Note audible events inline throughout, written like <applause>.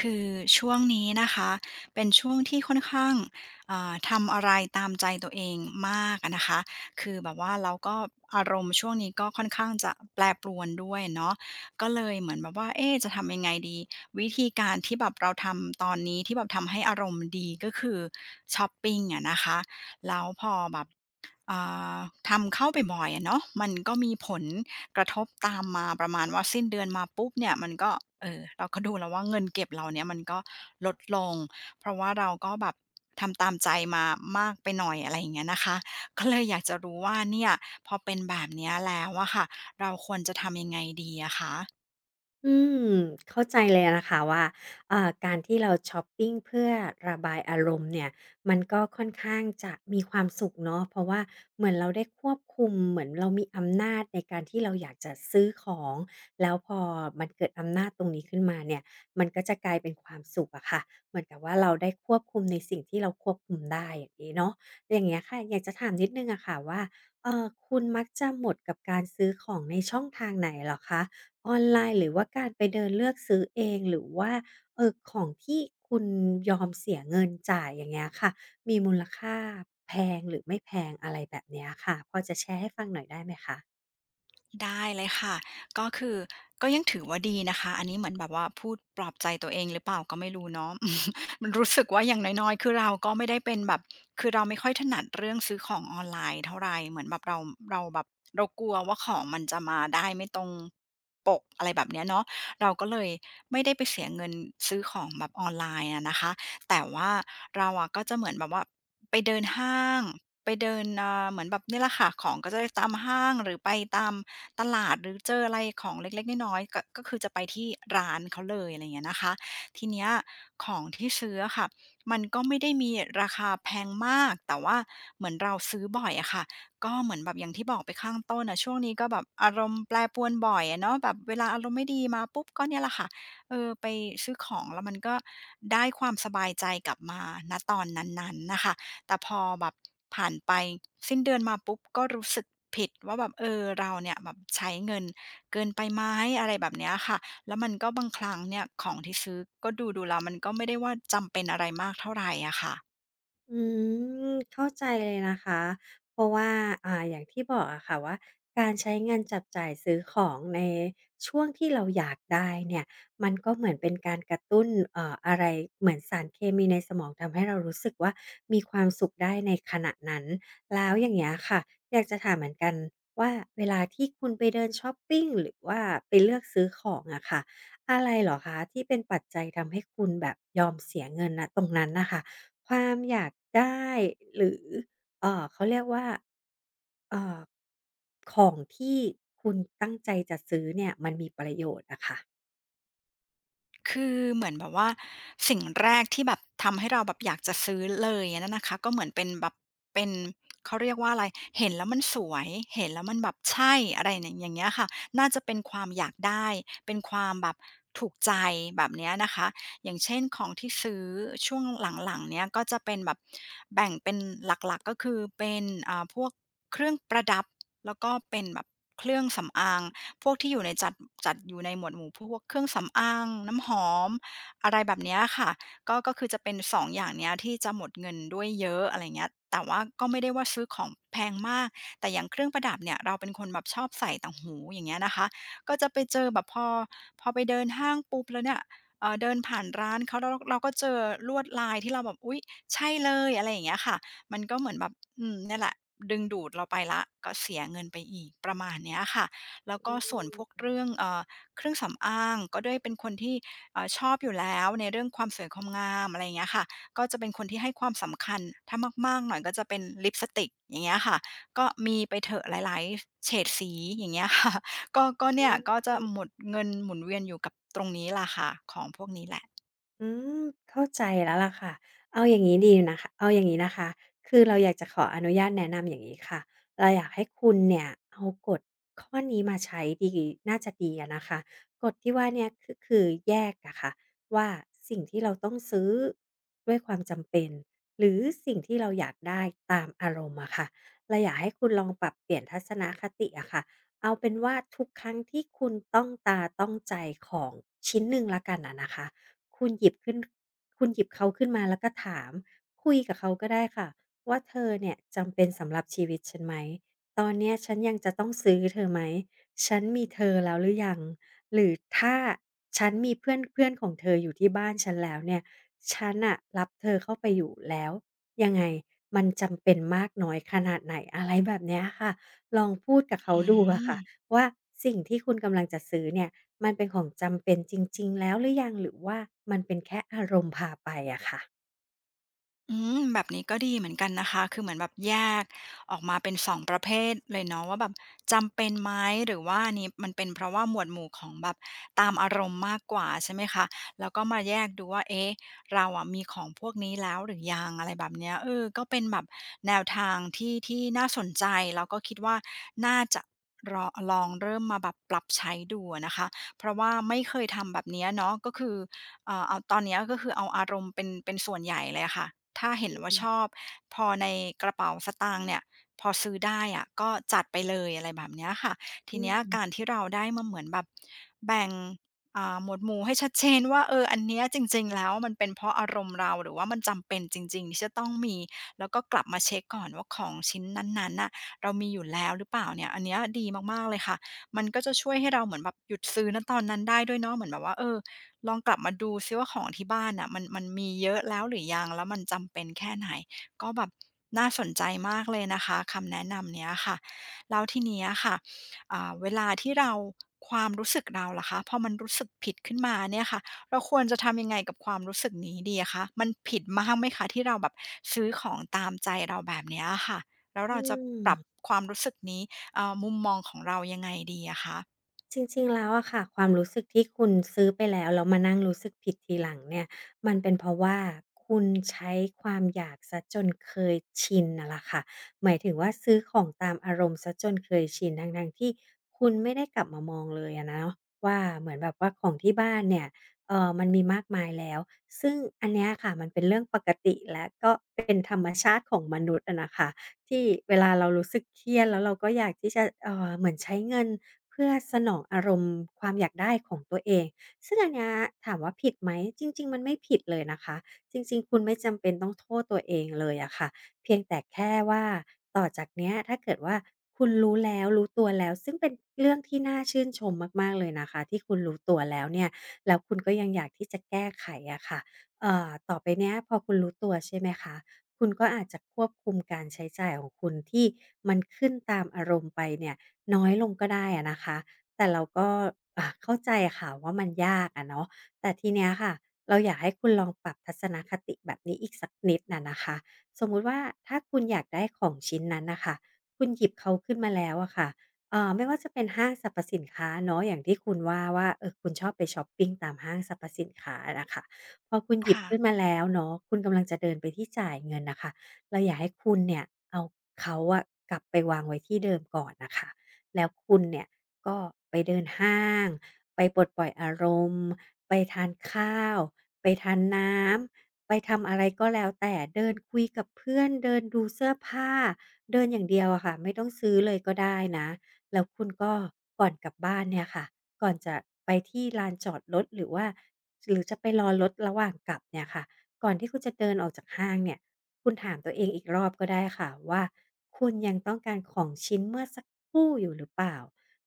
คือช่วงนี้นะคะเป็นช่วงที่ค่อนข้างทำอะไรตามใจตัวเองมากอะนะคะคือแบบว่าเราก็อารมณ์ช่วงนี้ก็ค่อนข้างจะแปรปรวนด้วยเนาะก็เลยเหมือนแบบว่าเอ๊ะจะทำยังไงดีวิธีการที่แบบเราทำตอนนี้ที่แบบทำให้อารมณ์ดีก็คือชอปปิงอะนะคะแล้วพอแบบ อ่าทำเข้าไปบ่อยอะเนาะมันก็มีผลกระทบตามมาประมาณว่าสิ้นเดือนมาปุ๊บเนี่ยมันก็เออเราก็ดูแล้วว่าเงินเก็บเราเนี่ยมันก็ลดลงเพราะว่าเราก็แบบทำตามใจมามากไปหน่อยอะไรอย่างเงี้ยนะคะก็เลยอยากจะรู้ว่าเนี่ยพอเป็นแบบเนี้ยแล้วอะค่ะเราควรจะทำยังไงดีอะคะ อืมเข้าใจเลยนะคะว่าการที่เราช็อปปิ้งเพื่อระบายอารมณ์เนี่ยมันก็ค่อนข้างจะมีความสุขเนาะเพราะว่าเหมือนเราได้ควบคุมเหมือนเรามีอำนาจในการที่เราอยากจะซื้อของแล้วพอมันเกิดอำนาจตรงนี้ขึ้นมาเนี่ยมันก็จะกลายเป็นความสุขอะค่ะเหมือนกับว่าเราได้ควบคุมในสิ่งที่เราควบคุมได้อย่างนี้เนาะอย่างเงี้ยค่ะอยากจะถามนิดนึงอะค่ะว่าเออคุณมักจะหมดกับการซื้อของในช่องทางไหนเหรอคะ ออนไลน์หรือว่าการไปเดินเลือกซื้อเองหรือว่าของที่คุณยอมเสียเงินจ่ายอย่างเงี้ยค่ะมีมูลค่าแพงหรือไม่แพงอะไรแบบเนี้ยค่ะพอจะแชร์ให้ฟังหน่อยได้ไหมคะ ได้เลยค่ะก็คือก็ยังถือว่าดีนะคะอันนี้เหมือนแบบว่าพูดปลอบใจตัวเองหรือเปล่าก็ไม่รู้เนาะ <laughs> มันรู้สึกว่าอย่างน้อยๆคือเราก็ไม่ได้เป็นแบบคือเราไม่ค่อยถนัดเรื่องซื้อของออนไลน์เท่าไหรเหมือนแบบเราเราแบบเรากลัวว่าของมันจะมาได้ไม่ตรงปกอะไรแบบเนี้ยเนาะเราก็เลยไม่ได้ไปเสียเงินซื้อของแบบออนไลน์อะนะคะแต่ว่าเราอะก็จะเหมือนแบบว่าไปเดินห้างไปเดินเหมือนแบบนี่แหละค่ะของก็จะได้ตามห้างหรือไปตาม ตลาดหรือเจออะไรของเล็กๆน้อยๆก็คือจะไปที่ร้านเขาเลยอะไรอย่างเงี้ยนะคะทีเนี้ยของที่ซื้ออะค่ะมันก็ไม่ได้มีราคาแพงมากแต่ว่าเหมือนเราซื้อบ่อยอะค่ะก็เหมือนแบบอย่างที่บอกไปข้างต้นอะช่วงนี้ก็แบบอารมณ์แปรปรวนบ่อยอะเนาะแบบเวลาอารมณ์ไม่ดีมาปุ๊บก็เนี่ยแหละค่ะเออไปซื้อของแล้วมันก็ได้ความสบายใจกลับมาณตอนนั้นๆนะคะ แต่พอแบบผ่านไปสิ้นเดือนมาปุ๊บก็รู้สึกผิดว่าแบบเออเราเนี่ยแบบใช้เงินเกินไปไหมอะไรแบบเนี้ยค่ะแล้วมันก็บางครั้งเนี่ยของที่ซื้อก็ดูๆแล้วมันก็ไม่ได้ว่าจำเป็นอะไรมากเท่าไรอะค่ะ อืมเข้าใจเลยนะคะเพราะว่าอย่างที่บอกอะค่ะว่าการใช้เงินจับจ่ายซื้อของในช่วงที่เราอยากได้เนี่ยมันก็เหมือนเป็นการกระตุ้นอะไรเหมือนสารเคมีในสมองทำให้เรารู้สึกว่ามีความสุขได้ในขณะนั้นแล้วอย่างเงี้ยค่ะอยากจะถามเหมือนกันว่าเวลาที่คุณไปเดินชอปปิงหรือว่าไปเลือกซื้อของอะค่ะอะไรเหรอคะที่เป็นปัจจัยทำให้คุณแบบยอมเสียเงินณตรงนั้นน่ะค่ะ ความอยากได้หรือเขาเรียกว่าเอ่อของที่คุณตั้งใจจะซื้อเนี่ยมันมีประโยชน์อะค่ะคือเหมือนแบบว่าสิ่งแรกที่แบบทำให้เราแบบอยากจะซื้อเลยอะนั่นนะคะก็เหมือนเป็นแบบเป็นเขาเรียกว่าอะไรเห็นแล้วมันสวยเห็นแล้วมันแบบใช่อะไรเนี่ยอย่างเงี้ยค่ะน่าจะเป็นความอยากได้เป็นความแบบถูกใจแบบเนี้ยนะคะอย่างเช่นของที่ซื้อช่วงหลังๆเนี้ยก็จะเป็นแบบแบ่งเป็นหลักๆก็คือเป็นพวกเครื่องประดับแล้วก็เป็นแบบเครื่องสำอาง พวกที่อยู่ในจัดอยู่ในหมวดหมู่พวกเครื่องสำอางน้ำหอมอะไรแบบเนี้ยค่ะก็คือจะเป็น2องอย่างเนี้ยที่จะหมดเงินด้วยเยอะอะไรเงี้ยแต่ว่าก็ไม่ได้ว่าซื้อของแพงมากแต่อย่างเครื่องประดับเนี่ยเราเป็นคนแบบชอบใส่ต่างหูอย่างเงี้ยนะคะก็จะไปเจอแบบพอไปเดินห้างปุ๊บแล้วเนี่ยเดินผ่านร้านเขาแล้วเราก็เจอลวดลายที่เราแบบอุ๊ยใช่เลยอะไรอย่างเงี้ยค่ะมันก็เหมือนแบบอืมเนี่ยแหละดึงดูดเราไปแล้วก็เสียเงินไปอีกประมาณเนี้ยค่ะ แล้วก็ส่วนอืพวกเรื่องเครื่องสำอางก็ด้วยเป็นคนที่ชอบอยู่แล้วในเรื่องความสวยความงามอะไรอย่างเงี้ยค่ะก็จะเป็นคนที่ให้ความสำคัญถ้ามากๆหน่อยก็จะเป็นลิปสติกอย่างเงี้ยค่ะก็มีไปเถอะหลายๆเฉดสีอย่างเงี้ยค่ะ <laughs> ก็เนี่ยม ก็จะหมดเงินหมุนเวียนอยู่กับตรงนี้ล่ะค่ะของพวกนี้แหละอืมเข้าใจแล้วล่ะค่ะเอาอย่างนี้ดีนะคะเอาอย่างนี้นะคะคือเราอยากจะขออนุญาตแนะนำอย่างนี้ค่ะเราอยากให้คุณเนี่ยเอากฎข้อนี้มาใช้ดีน่าจะดีอะนะคะกฎที่ว่าเนี่ยคือแยกอะค่ะว่าสิ่งที่เราต้องซื้อด้วยความจำเป็นหรือสิ่งที่เราอยากได้ตามอารมณ์อะค่ะเราอยากให้คุณลองปรับเปลี่ยนทัศนคติอะค่ะเอาเป็นว่าทุกครั้งที่คุณต้องตาต้องใจของชิ้นหนึ่งละกันอะนะคะ คุณหยิบขึ้นคุณหยิบเขาขึ้นมาแล้วก็ถามคุยกับเขาก็ได้ค่ะว่าเธอเนี่ยจำเป็นสำหรับชีวิตฉันไหมตอนเนี้ยฉันยังจะต้องซื้อเธอไหมฉันมีเธอแล้วหรือยังหรือถ้าฉันมีเพื่อนเพื่อนของเธออยู่ที่บ้านฉันแล้วเนี่ยฉันน่ะรับเธอเข้าไปอยู่แล้วยังไงมันจำเป็นมากน้อยขนาดไหนอะไรแบบเนี้ยค่ะลองพูดกับเขาอืดูอะม ค่ะว่าสิ่งที่คุณกำลังจะซื้อเนี่ย มันเป็นของจำเป็นจริงๆ แล้วหรือยังหรือว่ามันเป็นแค่อารมณ์พาไปอะค่ะอืมแบบนี้ก็ดีเหมือนกันนะคะคือเหมือนแบบแยกออกมาเป็นสองประเภทเลยเนาะว่าแบบจำเป็นไหมหรือว่าอันนี้มันเป็นเพราะว่าหมวดหมู่ของแบบตามอารมณ์มากกว่าใช่ไหมคะแล้วก็มาแยกดูว่าเอ๊ะเราอะมีของพวกนี้แล้วหรือยังอะไรแบบเนี้ยเออก็เป็นแบบแนวทางที่น่าสนใจแล้วก็คิดว่าน่าจะรอลองเริ่มมาแบบปรับใช้ดูอะนะคะเพราะว่าไม่เคยทำแบบเนี้ยเนาะก็คือ เอาตอนเนี้ยก็คือเอาอารมณ์เป็นส่วนใหญ่เลยอะค่ะถ้าเห็นว่าอืชมอบพอในกระเป๋าสตางค์เนี่ยพอซื้อได้อะก็จัดไปเลยอะไรแบบเนี้ยค่ะทีอืเนี้ยมการที่เราได้มาเหมือนแบบแบ่งหมวดหมู่ให้ชัดเจนว่าเอออันเนี้ยจริงๆแล้วมันเป็นเพราะอารมณ์เราหรือว่ามันจำเป็นจริงๆที่จะต้องมีแล้วก็กลับมาเช็กก่อนว่าของชิ้นนั้นๆน่ะเรามีอยู่แล้วหรือเปล่าเนี่ยอันเนี้ยดีมากๆเลยค่ะมันก็จะช่วยให้เราเหมือนแบบหยุดซื้อณตอนนั้นได้ด้วยเนาะเหมือนแบบว่าเออ ลองกลับมาดูซิว่าของที่บ้านน่ะมันมีเยอะแล้วหรือยังแล้วมันจำเป็นแค่ไหนก็แบบน่าสนใจมากเลยนะคะคำแนะนำเนี้ยค่ะแล้วทีเนี้ยค่ะเวลาที่เราความรู้สึกเราล่ะคะพอมันรู้สึกผิดขึ้นมาเนี่ยค่ะเราควรจะทำยังไงกับความรู้สึกนี้ดีอะคะมันผิดมากไหมคะที่เราแบบซื้อของตามใจเราแบบเนี้ยอะค่ะแล้วอืเราจะปรับม ความรู้สึกนี้มุมมองของเรายังไงดีอะคะจริงๆแล้วอะค่ะความรู้สึกที่คุณซื้อไปแล้วแล้วมานั่งรู้สึกผิดทีหลังเนี่ยมันเป็นเพราะว่าคุณใช้ความอยากเสียจนเคยชินน่ะล่ะค่ะหมายถึงว่าซื้อของตามอารมณ์เสียจนเคยชินทั้งๆที่คุณไม่ได้กลับมามองเลยอะเนาะว่าเหมือนแบบว่าของที่บ้านเนี่ยมันมีมากมายแล้วซึ่งอันเนี้ยค่ะมันเป็นเรื่องปกติและก็เป็นธรรมชาติของมนุษย์อะนะคะที่เวลาเรารู้สึกเครียดแล้วเราก็อยากที่จะเหมือนใช้เงิน เพื่อสนองอารมณ์ความอยากได้ของตัวเอง ซึ่งอันเนี้ยถามว่าผิดไหมจริงๆมันไม่ผิดเลยนะคะจริงๆคุณไม่จำเป็นต้องโทษตัวเองเลยอะค่ะเพียงแต่แค่ว่าต่อจากเนี้ยถ้าเกิดว่าคุณรู้แล้วรู้ตัวแล้วซึ่งเป็นเรื่องที่น่าชื่นชมมากๆเลยนะคะที่คุณรู้ตัวแล้วเนี่ยแล้วคุณก็ยังอยากที่จะแก้ไขอะค่ะต่อไปเนี้ยพอคุณรู้ตัวใช่ไหมคะคุณก็อาจจะควบคุมการใช้จ่ายของคุณที่มันขึ้นตามอารมณ์ไปเนี่ย น้อยลงก็ได้อะนะคะแต่เราก็เข้าใจค่ะว่ามันยากอะเนาะแต่ทีเนี้ยค่ะเราอยากให้คุณลองปรับทัศนคติแบบนี้อีกสักนิดน่ะนะคะสมมุติว่าถ้าคุณอยากได้ของชิ้นนั้นน่ะค่ะคุณหยิบเขาขึ้นมาแล้วอะค่ะไม่ว่าจะเป็นห้างสรรพสินค้าเนาะอย่างที่คุณว่าว่าเออคุณชอบไปช็อปปิงตามห้างสรรพสินค้าอะนะคะพอคุณหยิบค่ะขึ้นมาแล้วเนาะคุณกำลังจะเดินไปที่จ่ายเงินน่ะค่ะเราอยากให้คุณเนี่ยเอาเขาอะกลับไปวางไว้ที่เดิมก่อนน่ะค่ะ แล้วคุณเนี่ยก็ไปเดินห้างไปปลดปล่อยอารมณ์ไปทานข้าวไปทานน้ำไปทำอะไรก็แล้วแต่เดินคุยกับเพื่อนเดินดูเสื้อผ้าเดินอย่างเดียวอะค่ะไม่ต้องซื้อเลยก็ได้นะแล้วคุณก็ก่อนกลับบ้านเนี่ยค่ะก่อนจะไปที่ลานจอดรถหรือว่าหรือจะไปรอรถระหว่างกลับเนี่ยค่ะก่อนที่คุณจะเดินออกจากห้างเนี่ยคุณถามตัวเองอีกรอบก็ได้ค่ะว่าคุณยังต้องการของชิ้นเมื่อสัก คู่อยู่หรือเปล่า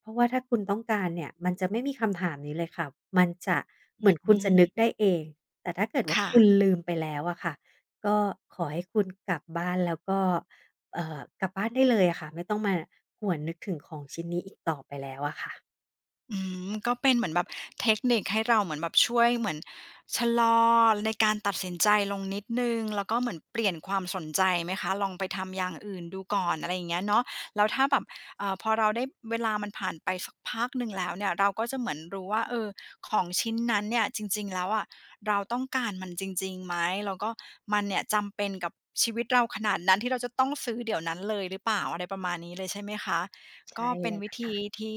เพราะว่าถ้าคุณต้องการเนี่ยมันจะไม่มีคำถามนี้เลยค่ะมันจะเหอืมือนคุณจะมนึกได้เองแต่ถ้าเกิดว่าค่ะ คุณลืมไปแล้วอะค่ะก็ขอให้คุณกลับบ้านแล้วก็กลับบ้านได้เลยอะค่ะไม่ต้องมาหวนนึกถึงของชิ้นนี้อีกต่อไปแล้วอะค่ะอืมก็เป็นเหมือนแบบเทคนิคให้เราเหมือนแบบช่วยเหมือนชะลอในการตัดสินใจลงนิดหนึ่งแล้วก็เหมือนเปลี่ยนความสนใจไหมคะลองไปทำอย่างอื่นดูก่อนอะไรอย่างเงี้ยเนาะแล้วถ้าแบบพอเราได้เวลามันผ่านไปสักพักหนึ่งแล้วเนี่ยเราก็จะเหมือนรู้ว่าเออของชิ้นนั้นเนี่ยจริงๆแล้วอะเราต้องการมันจริงๆไหมแล้วก็มันเนี่ยจำเป็นกับชีวิตเราขนาดนั้นที่เราจะต้องซื้อเดี๋ยวนั้นเลยหรือเปล่าอะไรประมาณนี้เลยใช่ไหมคะ ก็ใช่เป็เลนยวิล่ะธีค่ะ ที่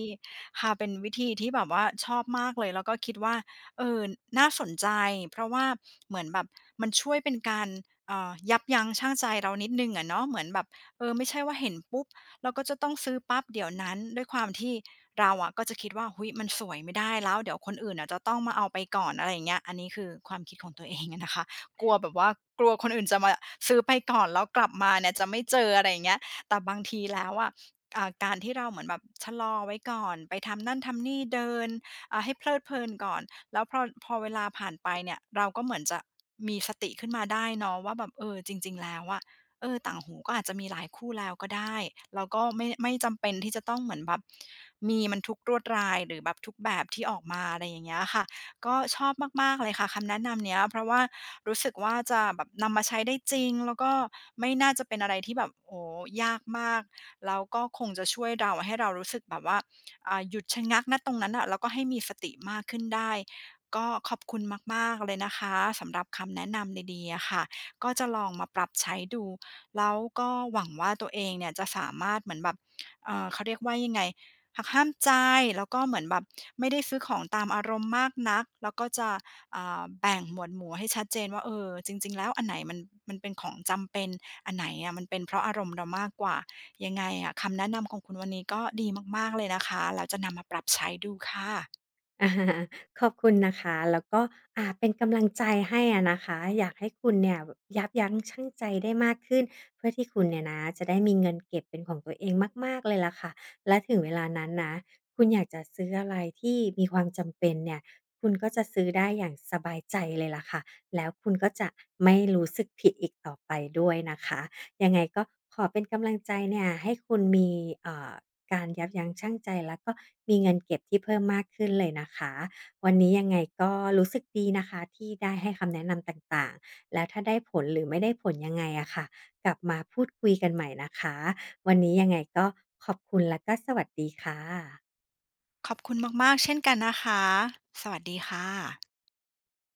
ค่ะเป็นวิธีที่แบบว่าชอบมากเลยแล้วก็คิดว่าเออน่าสนใจเพราะว่าเหมือนแบบมันช่วยเป็นการยับยั้งชั่งใจเรานิดนึงอะเนาะเหมือนแบบเออไม่ใช่ว่าเห็นปุ๊บเราก็จะต้องซื้อปั๊บเดี๋ยวนั้นด้วยความที่เราอะก็จะคิดว่าหุยมันสวยไม่ได้แล้วเดี๋ยวคนอื่นอะจะต้องมาเอาไปก่อนอะไรอย่างเงี้ยอันนี้คือความคิดของตัวเองอะนะคะกลัวแบบว่ากลัวคนอื่นจะมาซื้อไปก่อนแล้วกลับมาเนี่ยจะไม่เจออะไรอย่างเงี้ยแต่บางทีแล้วอะ การที่เราเหมือนแบบชะลอไว้ก่อนไปทำนั่นทำนี่เดินให้เพลิดเพลินก่อนแล้วพอเวลาผ่านไปเนี่ยเราก็เหมือนจะมีสติขึ้นมาได้เนาะว่าแบบเออจริงๆแล้วอะเออต่างหูก็อาจจะมีหลายคู่แล้วก็ได้เราก็ไม่จำเป็นที่จะต้องเหมือนแบบมีมันทุกลวดลายหรือแบบทุกแบบที่ออกมาอะไรอย่างเงี้ยค่ะก็ชอบมากๆเลยค่ะคำแนะนำเนี้ยเพราะว่ารู้สึกว่าจะแบบนำมาใช้ได้จริงแล้วก็ไม่น่าจะเป็นอะไรที่แบบโอ้โฮยากมาก แล้วก็คงจะช่วยเราให้เรารู้สึกแบบว่าหยุดชะงักณตรงนั้นอะแล้วก็ให้มีสติมากขึ้นได้ก็ขอบคุณมากๆเลยนะคะสำหรับคำแนะนำดีๆอะค่ะก็จะลองมาปรับใช้ดูแล้วก็หวังว่าตัวเองเนี่ยจะสามารถเหมือนแบบเขาเรียกว่ายังไงหักห้ามใจแล้วก็เหมือนแบบไม่ได้ซื้อของตามอารมณ์มากนักแล้วก็จะแบ่งหมวดหมู่ให้ชัดเจนว่าเออจริงๆแล้วอันไหนมันเป็นของจำเป็นอันไหนอะมันเป็นเพราะอารมณ์เรามากกว่า ยังไงอะคำแนะนำของคุณวันนี้ก็ดีมากๆเลยนะคะแล้วจะนำมาปรับใช้ดูค่ะ <laughs> อ่ะขอบคุณนะคะแล้วก็เป็นกำลังใจให้อะนะคะอยากให้คุณเนี่ยยับยั้งชั่งใจได้มากขึ้นเพื่อที่คุณเนี่ยนะจะได้มีเงินเก็บเป็นของตัวเองมากๆเลยล่ะค่ะและถึงเวลานั้นนะคุณอยากจะซื้ออะไรที่มีความจำเป็นเนี่ยคุณก็จะซื้อได้อย่างสบายใจเลยล่ะค่ะแล้วคุณก็จะไม่รู้สึกผิดอีกต่อไปด้วยนะคะยังไงก็ขอเป็นกำลังใจเนี่ยให้คุณมีเอ่อ การยับยั้งชั่งใจแล้วก็มีเงินเก็บที่เพิ่มมากขึ้นเลยนะคะวันนี้ยังไงก็รู้สึกดีนะคะที่ได้ให้คำแนะนำต่างๆแล้วถ้าได้ผลหรือไม่ได้ผลยังไงอะค่ะกลับมาพูดคุยกันใหม่นะคะวันนี้ยังไงก็ขอบคุณแล้วก็สวัสดีค่ะขอบคุณมากๆเช่นกันนะคะสวัสดีค่ะ